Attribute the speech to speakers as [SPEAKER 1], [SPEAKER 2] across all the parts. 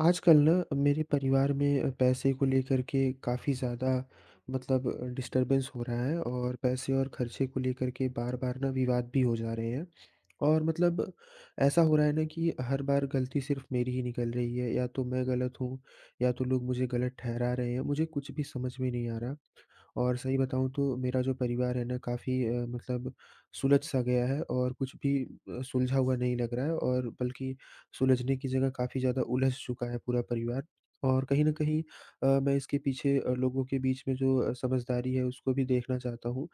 [SPEAKER 1] आजकल ना मेरे परिवार में पैसे को लेकर के काफ़ी ज़्यादा मतलब डिस्टरबेंस हो रहा है और पैसे और खर्चे को लेकर के बार-बार ना विवाद भी हो जा रहे हैं। और मतलब ऐसा हो रहा है ना कि हर बार गलती सिर्फ़ मेरी ही निकल रही है या तो मैं गलत हूँ या तो लोग मुझे गलत ठहरा रहे हैं। मुझे कुछ भी समझ में नहीं आ रहा। और सही बताऊँ तो मेरा जो परिवार है ना काफ़ी मतलब सुलझ-सा गया है और कुछ भी सुलझा हुआ नहीं लग रहा है, और बल्कि सुलझने की जगह काफ़ी ज़्यादा उलझ चुका है पूरा परिवार। और कहीं न कहीं मैं इसके पीछे लोगों के बीच में जो समझदारी है उसको भी देखना चाहता हूँ।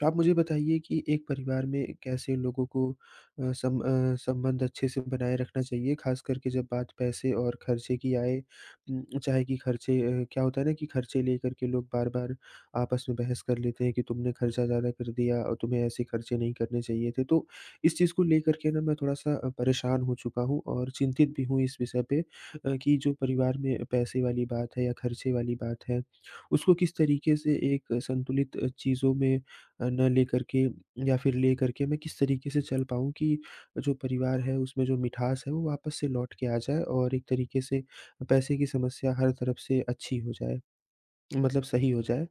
[SPEAKER 1] तो आप मुझे बताइए कि एक परिवार में कैसे लोगों को संबंध अच्छे से बनाए रखना चाहिए, खास करके जब बात पैसे और खर्चे की आए। चाहे कि खर्चे क्या होता है ना कि खर्चे लेकर के लोग बार-बार आपस में बहस कर लेते हैं कि तुमने खर्चा ज़्यादा कर दिया और तुम्हें ऐसे खर्चे नहीं करने चाहिए थे। तो इस चीज़ को लेकर के ना मैं थोड़ा-सा परेशान हो चुका हूँ और चिंतित भी हूँ इस विषय पे, कि जो परिवार में पैसे वाली बात है या खर्चे वाली बात है, उसको किस तरीके से एक संतुलित चीज़ों में न लेकर के या फिर लेकर के मैं किस तरीके से चल पाऊँ कि जो परिवार है उसमें जो मिठास है वो वापस से लौट के आ जाए, और एक तरीके से पैसे की समस्या हर तरफ से अच्छी हो जाए, मतलब सही हो जाए।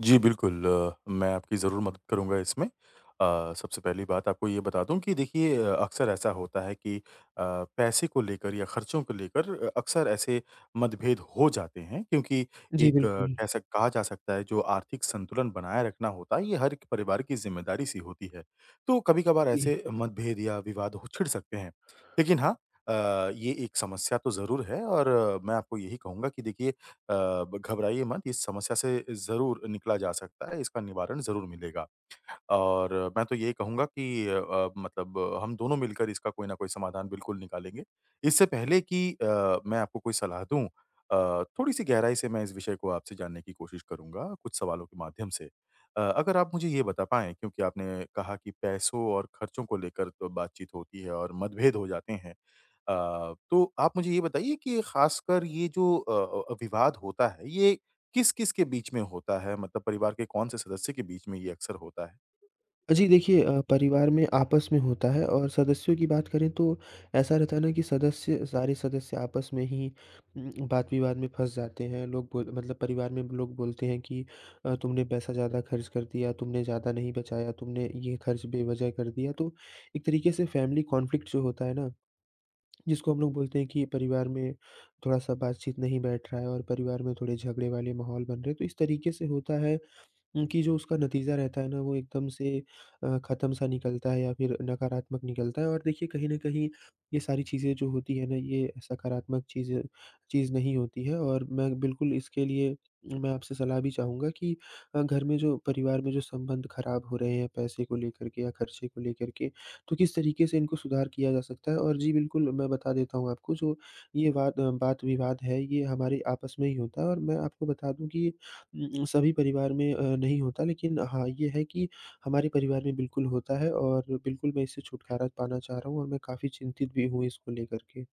[SPEAKER 2] जी, बिल्कुल मैं आपकी ज़रूर मदद करूँगा इसमें। सबसे पहली बात आपको ये बता दूँ कि देखिए अक्सर ऐसा होता है कि पैसे को लेकर या खर्चों को लेकर अक्सर ऐसे मतभेद हो जाते हैं क्योंकि
[SPEAKER 1] जी,
[SPEAKER 2] एक
[SPEAKER 1] बिल्कुल।
[SPEAKER 2] कह सक कहा जा सकता है जो आर्थिक संतुलन बनाए रखना होता है, ये हर एक परिवार की ज़िम्मेदारी सी होती है। तो कभी-कभार
[SPEAKER 1] जी।
[SPEAKER 2] ऐसे मतभेद या विवाद हो छिड़ सकते हैं। लेकिन हाँ, अ, ये एक समस्या तो ज़रूर है और मैं आपको यही कहूँगा कि देखिए, अ, ब घबराइए मत, इस समस्या से ज़रूर निकला जा सकता है, इसका निवारण ज़रूर मिलेगा। और मैं तो यही कहूँगा कि मतलब हम दोनों मिलकर इसका कोई न कोई समाधान बिल्कुल निकालेंगे। इससे पहले कि मैं आपको कोई सलाह दूँ, थोड़ी-सी गहराई से मैं इस विषय को आपसे जानने की कोशिश करूँगा, कुछ सवालों के माध्यम से। अगर आप मुझे ये बता पाएँ, क्योंकि आपने कहा कि पैसों और खर्चों को लेकर तो बातचीत होती है और मतभेद हो जाते हैं। तो आप मुझे ये बताइए कि ख़ासकर ये जो विवाद होता है, ये किस-किस के बीच में होता है? मतलब परिवार के कौन से सदस्य के बीच में ये अक्सर होता है?
[SPEAKER 1] जी देखिए, परिवार में आपस में होता है, और सदस्यों की बात करें तो ऐसा रहता है ना कि सदस्य सारे सदस्य आपस में ही वाद-विवाद में फँस जाते हैं। लोग बोल मतलब परिवार में लोग बोलते हैं कि तुमने पैसा ज़्यादा खर्च कर दिया, तुमने ज़्यादा नहीं बचाया, तुमने ये खर्च बेवज़ह कर दिया। तो एक तरीके से फैमिली कॉन्फ्लिक्ट जो होता है ना, जिसको हम लोग बोलते हैं कि परिवार में थोड़ा-सा बातचीत नहीं बैठ रहा है और परिवार में थोड़े झगड़े वाले माहौल बन रहे हैं। तो इस तरीके से होता है कि जो उसका नतीजा रहता है ना वो एकदम से ख़त्म सा निकलता है या फिर नकारात्मक निकलता है। और देखिए, कहीं न कहीं ये सारी चीज़ें जो होती है ना, ये सकारात्मक चीज़ नहीं होती है, और मैं बिल्कुल इसके लिए मैं आपसे सलाह भी चाहूँगा कि घर में जो परिवार में जो संबंध ख़राब हो रहे हैं पैसे को लेकर के या खर्चे को लेकर के, तो किस तरीके से इनको सुधार किया जा सकता है? और जी बिल्कुल, मैं बता देता हूँ आपको जो ये वाद-विवाद है, ये हमारे आपस में ही होता है। और मैं आपको बता दूँ कि सभी परिवार में नहीं होता, लेकिन हाँ, ये है कि हमारे परिवार में बिल्कुल होता है, और बिल्कुल मैं इससे छुटकारा पाना चाह रहा हूँ और मैं काफ़ी चिंतित भी हूँ इसको लेकर के।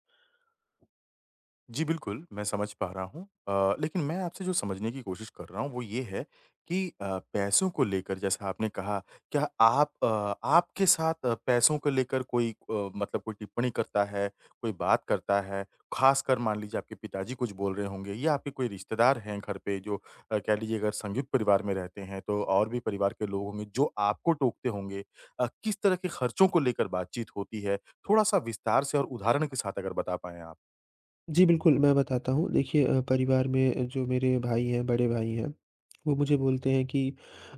[SPEAKER 2] जी, बिल्कुल, मैं समझ पा रहा हूँ। लेकिन मैं आपसे जो समझने की कोशिश कर रहा हूँ, वो ये है कि पैसों को लेकर जैसा आपने कहा, क्या आप आपके साथ पैसों को लेकर कोई मतलब कोई टिप्पणी करता है, कोई बात करता है? ख़ासकर मान लीजिए आपके पिताजी कुछ बोल रहे होंगे या आपके कोई रिश्तेदार हैं घर पे जो, कह लीजिए अगर संयुक्त परिवार में रहते हैं, तो और भी परिवार के लोग होंगे जो आपको टोकते होंगे। किस तरह के खर्चों को लेकर बातचीत होती है? थोड़ा-सा विस्तार से और उदाहरण के साथ अगर बता पाएँ आप।
[SPEAKER 1] जी, बिल्कुल, मैं बताता हूँ। देखिए, परिवार में जो मेरे भाई हैं, बड़े भाई हैं, वो मुझे बोलते हैं कि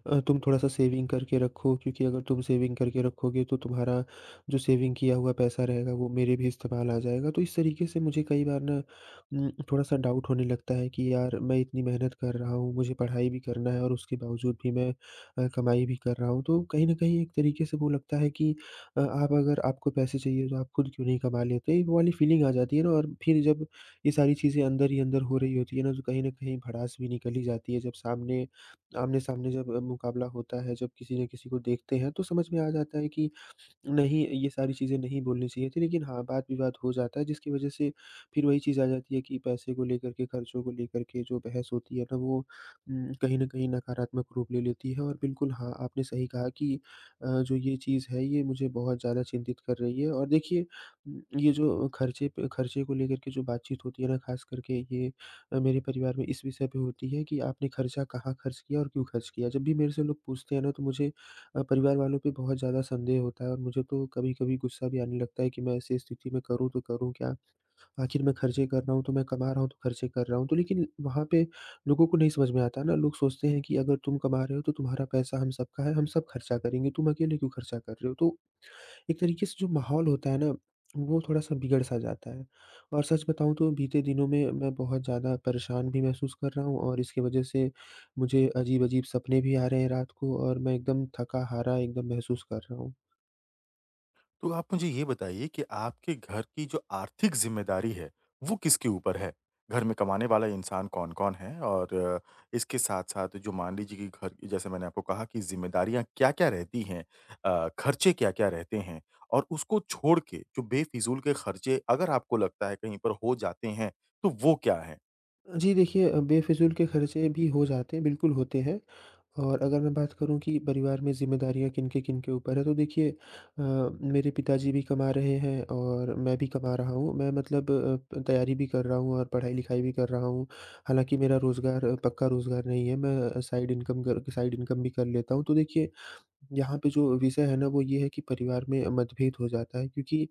[SPEAKER 1] तुम थोड़ा-सा सेविंग करके रखो, क्योंकि अगर तुम सेविंग करके रखोगे तो तुम्हारा जो सेविंग किया हुआ पैसा रहेगा वो मेरे भी इस्तेमाल आ जाएगा। तो इस तरीके से मुझे कई बार ना थोड़ा-सा डाउट होने लगता है कि यार, मैं इतनी मेहनत कर रहा हूँ, मुझे पढ़ाई भी करना है और उसके बावजूद भी मैं कमाई भी कर रहा हूँ। तो कहीं न कहीं एक तरीके से वो लगता है कि आप अगर आपको पैसे चाहिए तो आप खुद क्यों नहीं कमा लेते? तो ये वो वाली फीलिंग आ जाती है ना, और फिर जब ये सारी चीज़ें अंदर ही अंदर हो रही होती है ना, तो कहीं न कहीं भड़ास भी निकल ही जाती है। जब सामने आमने-सामने जब मुकाबला होता है, जब किसी न किसी को देखते हैं, तो समझ में आ जाता है कि नहीं, ये सारी चीज़ें नहीं बोलनी चाहिए थी, लेकिन हाँ, वाद-विवाद हो जाता है, जिसकी वजह से फिर वही चीज़ आ जाती है कि पैसे को लेकर के, खर्चों को लेकर के जो बहस होती है ना, वो कहीं न कहीं नकारात्मक रूप ले लेती है। और बिल्कुल हाँ, आपने सही कहा कि जो ये चीज़ है ये मुझे बहुत ज़्यादा चिंतित कर रही है। और देखिए, ये जो खर्चे पे खर्चे को लेकर के जो बातचीत होती है ना, ख़ास करके ये मेरे परिवार में इस विषय पे होती है कि आपने खर्चा कहाँ खर्च किया और क्यों खर्च किया? जब भी मेरे से लोग पूछते हैं ना, तो मुझे परिवार वालों पे बहुत ज़्यादा संदेह होता है, और मुझे तो कभी-कभी गुस्सा भी आने लगता है कि मैं ऐसी स्थिति में करूँ तो करूँ क्या? आखिर मैं खर्चे कर रहा हूँ, तो मैं कमा रहा हूँ, तो खर्चे कर रहा हूँ। तो लेकिन वहाँ पे लोगों को नहीं समझ में आता ना, लोग सोचते हैं कि अगर तुम कमा रहे हो, तो तुम्हारा पैसा हम सबका है, हम सब खर्चा करेंगे, तुम अकेले क्यों खर्चा कर रहे हो? तो एक तरीके से जो माहौल होता है ना, वो थोड़ा-सा बिगड़ सा जाता है। और सच बताऊँ तो बीते दिनों में मैं बहुत ज़्यादा परेशान भी महसूस कर रहा हूँ, और इसकी वजह से मुझे अजीब-अजीब सपने भी आ रहे हैं रात को, और मैं एकदम थका-हारा एकदम महसूस कर रहा हूँ।
[SPEAKER 2] तो आप मुझे ये बताइए कि आपके घर की जो आर्थिक ज़िम्मेदारी है, वो किसके ऊपर है? घर में कमाने वाला इंसान कौन-कौन है? और इसके साथ-साथ जो मान लीजिए कि घर की जैसे मैंने आपको कहा कि ज़िम्मेदारियाँ क्या-क्या रहती हैं? खर्चे क्या-क्या रहते हैं? और उसको छोड़ के जो बेफ़िज़ूल के खर्चे अगर आपको लगता है कहीं पर हो जाते हैं, तो वो क्या हैं?
[SPEAKER 1] जी देखिए, बेफ़िज़ूल के खर्चे भी हो जाते हैं, बिल्कुल होते हैं। और अगर मैं बात करूँ कि परिवार में ज़िम्मेदारियाँ किनके-किन के ऊपर है, तो देखिए, मेरे पिताजी भी कमा रहे हैं और मैं भी कमा रहा हूँ। मैं मतलब तैयारी भी कर रहा हूँ और पढ़ाई-लिखाई भी कर रहा हूँ। हालाँकि मेरा रोज़गार पक्का रोज़गार नहीं है, मैं साइड इनकम भी कर लेता हूँ। तो देखिए, यहाँ पे जो विषय है ना वो ये है कि परिवार में मतभेद हो जाता है क्योंकि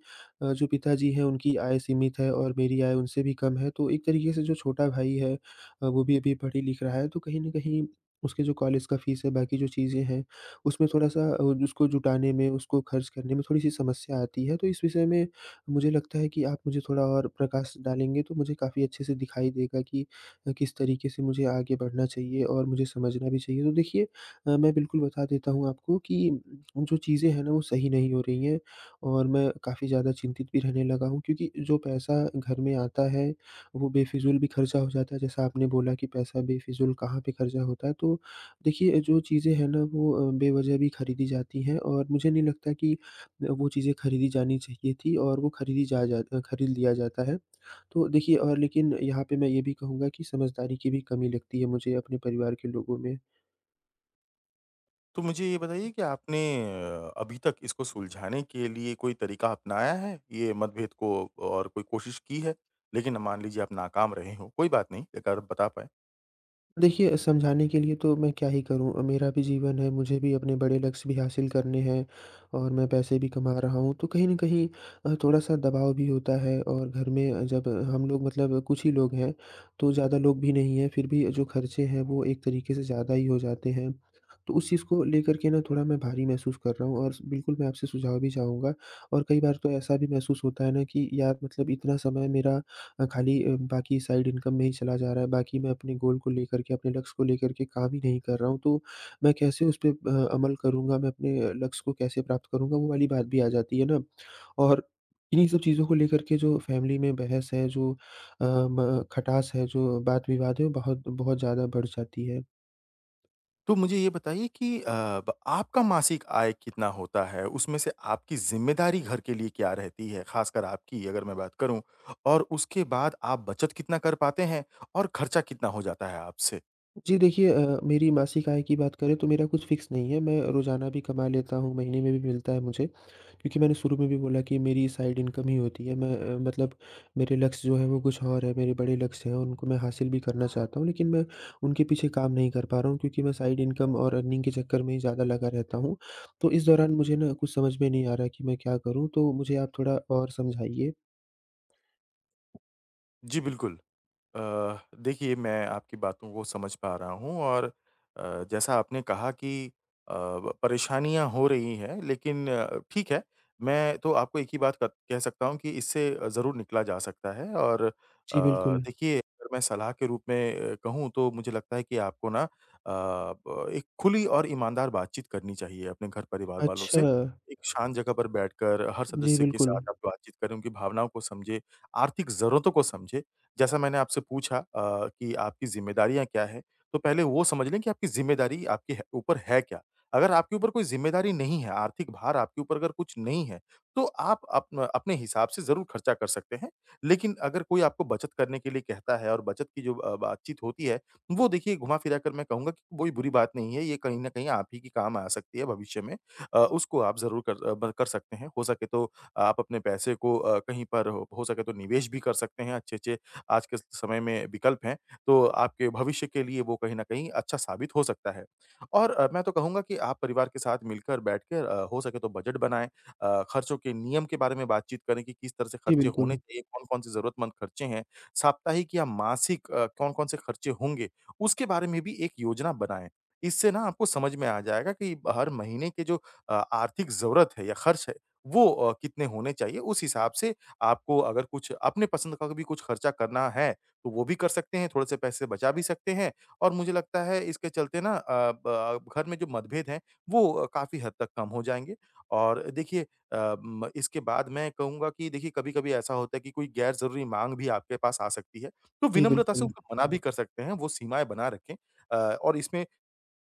[SPEAKER 1] जो पिताजी हैं उनकी आय सीमित है और मेरी आय उनसे भी कम है। तो एक तरीके से जो छोटा भाई है वो भी अभी पढ़-लिख रहा है, तो कहीं न कहीं उसके जो कॉलेज का फ़ीस है, बाकी जो चीज़ें हैं, उसमें थोड़ा-सा उसको जुटाने में, उसको खर्च करने में थोड़ी-सी समस्या आती है। तो इस विषय में मुझे लगता है कि आप मुझे थोड़ा और प्रकाश डालेंगे तो मुझे काफ़ी अच्छे से दिखाई देगा कि किस तरीके से मुझे आगे बढ़ना चाहिए और मुझे समझना भी चाहिए। तो देखिए, मैं बिल्कुल बता देता हूँ आपको कि जो चीज़ें हैं ना वो सही नहीं हो रही हैं, और मैं काफ़ी ज़्यादा चिंतित भी रहने लगा हूँ, क्योंकि जो पैसा घर में आता है वो बेफिज़ूल भी खर्चा हो जाता है। जैसा आपने बोला कि पैसा बेफिज़ूल कहाँ पे खर्चा होता है, तो देखिए, जो चीज़ें हैं ना वो बेवजह भी खरीदी जाती हैं, और मुझे नहीं लगता कि वो चीज़ें खरीदी जानी चाहिए थी, और वो खरीदी जा जा खरीद लिया जाता है। तो देखिए, और लेकिन यहाँ पे मैं ये भी कहूँगा कि समझदारी की भी कमी लगती है मुझे अपने परिवार के लोगों में।
[SPEAKER 2] तो मुझे ये बताइए कि आपने अभी तक इसको सुलझाने के लिए कोई तरीका अपनाया है? ये मतभेद को और कोई कोशिश की है? लेकिन मान लीजिए आप नाकाम रहे हो, कोई बात नहीं अगर आप बता पाएँ।
[SPEAKER 1] देखिए, समझाने के लिए तो मैं क्या ही करूँ, मेरा भी जीवन है, मुझे भी अपने बड़े लक्ष्य भी हासिल करने हैं, और मैं पैसे भी कमा रहा हूँ। तो कहीं न कहीं थोड़ा-सा दबाव भी होता है, और घर में जब हम लोग, मतलब कुछ ही लोग हैं, तो ज़्यादा लोग भी नहीं हैं, फिर भी जो खर्चे हैं वो एक तरीके से ज़्यादा ही हो जाते हैं। तो उस चीज़ को लेकर के ना थोड़ा मैं भारी महसूस कर रहा हूँ, और बिल्कुल मैं आपसे सुझाव भी चाहूँगा। और कई बार तो ऐसा भी महसूस होता है ना कि यार, मतलब इतना समय मेरा खाली बाकी साइड इनकम में ही चला जा रहा है, बाकी मैं अपने गोल को लेकर के, अपने लक्ष्य को लेकर के काम ही नहीं कर रहा हूँ, तो मैं कैसे उस पे अमल करूँगा, मैं अपने लक्ष्य को कैसे प्राप्त करूँगा, वो वाली बात भी आ जाती है ना। और इन्हीं सब चीज़ों को लेकर के जो फ़ैमिली में बहस है, जो अ, म खटास है, जो वाद-विवाद है, वो बहुत बहुत ज़्यादा बढ़ जाती है।
[SPEAKER 2] तो मुझे ये बताइए कि अ, ब आपका मासिक आय कितना होता है? उसमें से आपकी ज़िम्मेदारी घर के लिए क्या रहती है, ख़ासकर आपकी अगर मैं बात करूँ? और उसके बाद आप बचत कितना कर पाते हैं और खर्चा कितना हो जाता है आपसे?
[SPEAKER 1] जी देखिए, मेरी मासिक आय की बात करें तो मेरा कुछ फ़िक्स नहीं है, मैं रोज़ाना भी कमा लेता हूँ, महीने में भी मिलता है मुझे। क्योंकि मैंने शुरू में भी बोला कि मेरी साइड इनकम ही होती है। मैं मतलब मेरे लक्ष्य जो है वो कुछ और है, मेरे बड़े लक्ष्य हैं, उनको मैं हासिल भी करना चाहता हूँ, लेकिन मैं उनके पीछे काम नहीं कर पा रहा हूँ, क्योंकि मैं साइड इनकम और अर्निंग के चक्कर में ही ज़्यादा लगा रहता हूँ। तो इस दौरान मुझे ना कुछ समझ में नहीं आ रहा कि मैं क्या करूँ? तो मुझे आप थोड़ा और समझाइए।
[SPEAKER 2] जी, बिल्कुल। अ, देखिए मैं आपकी बातों को समझ पा रहा हूँ और जैसा आपने कहा कि अ, परेशानियाँ हो रही हैं लेकिन ठीक है, मैं तो आपको एक ही बात क कह सकता हूँ कि इससे ज़रूर निकला जा सकता है। और
[SPEAKER 1] जी, बिल्कुल।
[SPEAKER 2] देखिए अगर मैं सलाह के रूप में कहूँ तो मुझे लगता है कि आपको ना, अ, ब एक खुली और ईमानदार बातचीत करनी चाहिए अपने घर परिवार वालों
[SPEAKER 1] अच्छा।
[SPEAKER 2] से। एक शांत जगह पर बैठकर हर
[SPEAKER 1] जी,
[SPEAKER 2] सदस्य के
[SPEAKER 1] बिल्कुल।
[SPEAKER 2] साथ आप बातचीत करें, उनकी भावनाओं को समझें, आर्थिक ज़रूरतों को समझें। जैसा मैंने आपसे पूछा कि आपकी ज़िम्मेदारियाँ क्या हैं, तो पहले वो समझ लें कि आपकी ज़िम्मेदारी आपके है ऊपर है क्या? अगर आपके ऊपर कोई ज़िम्मेदारी नहीं है, आर्थिक भार आपके ऊपर अगर कुछ नहीं है, तो आप अपने हिसाब से ज़रूर खर्चा कर सकते हैं। लेकिन अगर कोई आपको बचत करने के लिए कहता है और बचत की जो बातचीत होती है, वो देखिए घुमा-फिरा कर मैं कहूँगा कि कोई बुरी बात नहीं है, ये कहीं न कहीं आप ही के काम आ सकती है भविष्य में। उसको आप ज़रूर कर अ, ब कर सकते हैं। हो सके तो आप अपने पैसे को कहीं पर हो सके तो निवेश भी कर सकते हैं, अच्छे-अच्छे आज के समय में विकल्प हैं, तो आपके भविष्य के लिए वो कहीं न कहीं अच्छा साबित हो सकता है। और मैं तो कहूँगा कि आप परिवार के साथ मिलकर बैठकर हो सके तो बजट बनाएँ, खर्चों के नियम के बारे में बातचीत करें कि किस तरह से
[SPEAKER 1] जी,
[SPEAKER 2] खर्चे
[SPEAKER 1] बिल्कुल।
[SPEAKER 2] होने चाहिए, कौन-कौन से ज़रूरतमंद खर्चे हैं, साप्ताहिक या मासिक कौन-कौन से खर्चे होंगे, उसके बारे में भी एक योजना बनाएँ। इससे ना आपको समझ में आ जाएगा कि हर महीने के जो आर्थिक ज़रूरत है या खर्च है, वो कितने होने चाहिए, उस हिसाब से आपको अगर कुछ अपने पसंद का भी कुछ खर्चा करना है, तो वो भी कर सकते हैं, थोड़े-से पैसे बचा भी सकते हैं और मुझे लगता है इसके चलते ना, अ, ब घर में जो मतभेद हैं, वो काफ़ी हद तक कम हो जाएँगे। और देखिए, अ, म इसके बाद मैं कहूँगा कि देखिए कभी-कभी ऐसा होता है कि कोई गैर-ज़रूरी माँग भी आपके पास आ सकती है, तो
[SPEAKER 1] जी,
[SPEAKER 2] विनम्रता से
[SPEAKER 1] बिल्कुल।
[SPEAKER 2] उनको मना भी कर सकते हैं, वो सीमाएँ बना रखें। और इसमें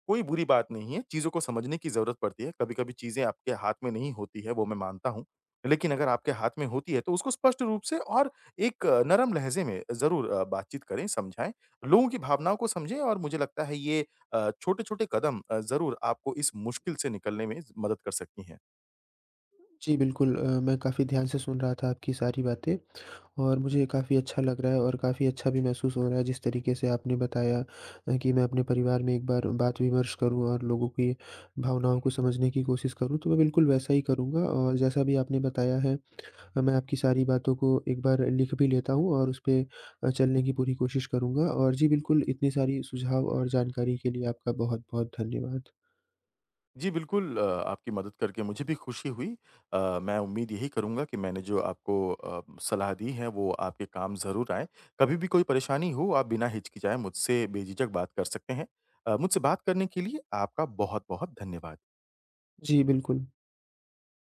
[SPEAKER 2] कोई बुरी बात नहीं है, चीज़ों को समझने की ज़रूरत पड़ती है, कभी-कभी चीज़ें आपके हाथ में नहीं होती है, वो मैं मानता हूँ। लेकिन अगर आपके हाथ में होती है, तो उसको स्पष्ट रूप से और एक नरम लहज़े में ज़रूर बातचीत करें, समझाएँ, लोगों की भावनाओं को समझें और मुझे लगता है ये छोटे-छोटे कदम ज़रूर आपको इस मुश्किल से निकलने में ज़ मदद कर सकती हैं।
[SPEAKER 1] जी, बिल्कुल। मैं काफ़ी ध्यान से सुन रहा था आपकी सारी बातें। और मुझे काफ़ी अच्छा लग रहा है और काफ़ी अच्छा भी महसूस हो रहा है जिस तरीके से आपने बताया कि मैं अपने परिवार में एक बार बात विमर्श करूँ और लोगों की भावनाओं को समझने की कोशिश करूँ, तो मैं बिल्कुल वैसा ही करूँगा। और जैसा भी आपने बताया है, मैं आपकी सारी बातों को एक बार लिख भी लेता हूँ और उस पे चलने की पूरी कोशिश करूँगा। और जी बिल्कुल, इतनी सारी सुझाव और जानकारी के लिए आपका बहुत-बहुत धन्यवाद।
[SPEAKER 2] जी, बिल्कुल। आपकी मदद करके मुझे भी खुशी हुई। मैं उम्मीद यही करूँगा कि मैंने जो आपको सलाह दी है वो आपके काम ज़रूर आए। कभी भी कोई परेशानी हो आप बिना हिचकिचाए मुझसे बेझिझक बात कर सकते हैं। मुझसे बात करने के लिए आपका बहुत-बहुत धन्यवाद।
[SPEAKER 1] जी, बिल्कुल।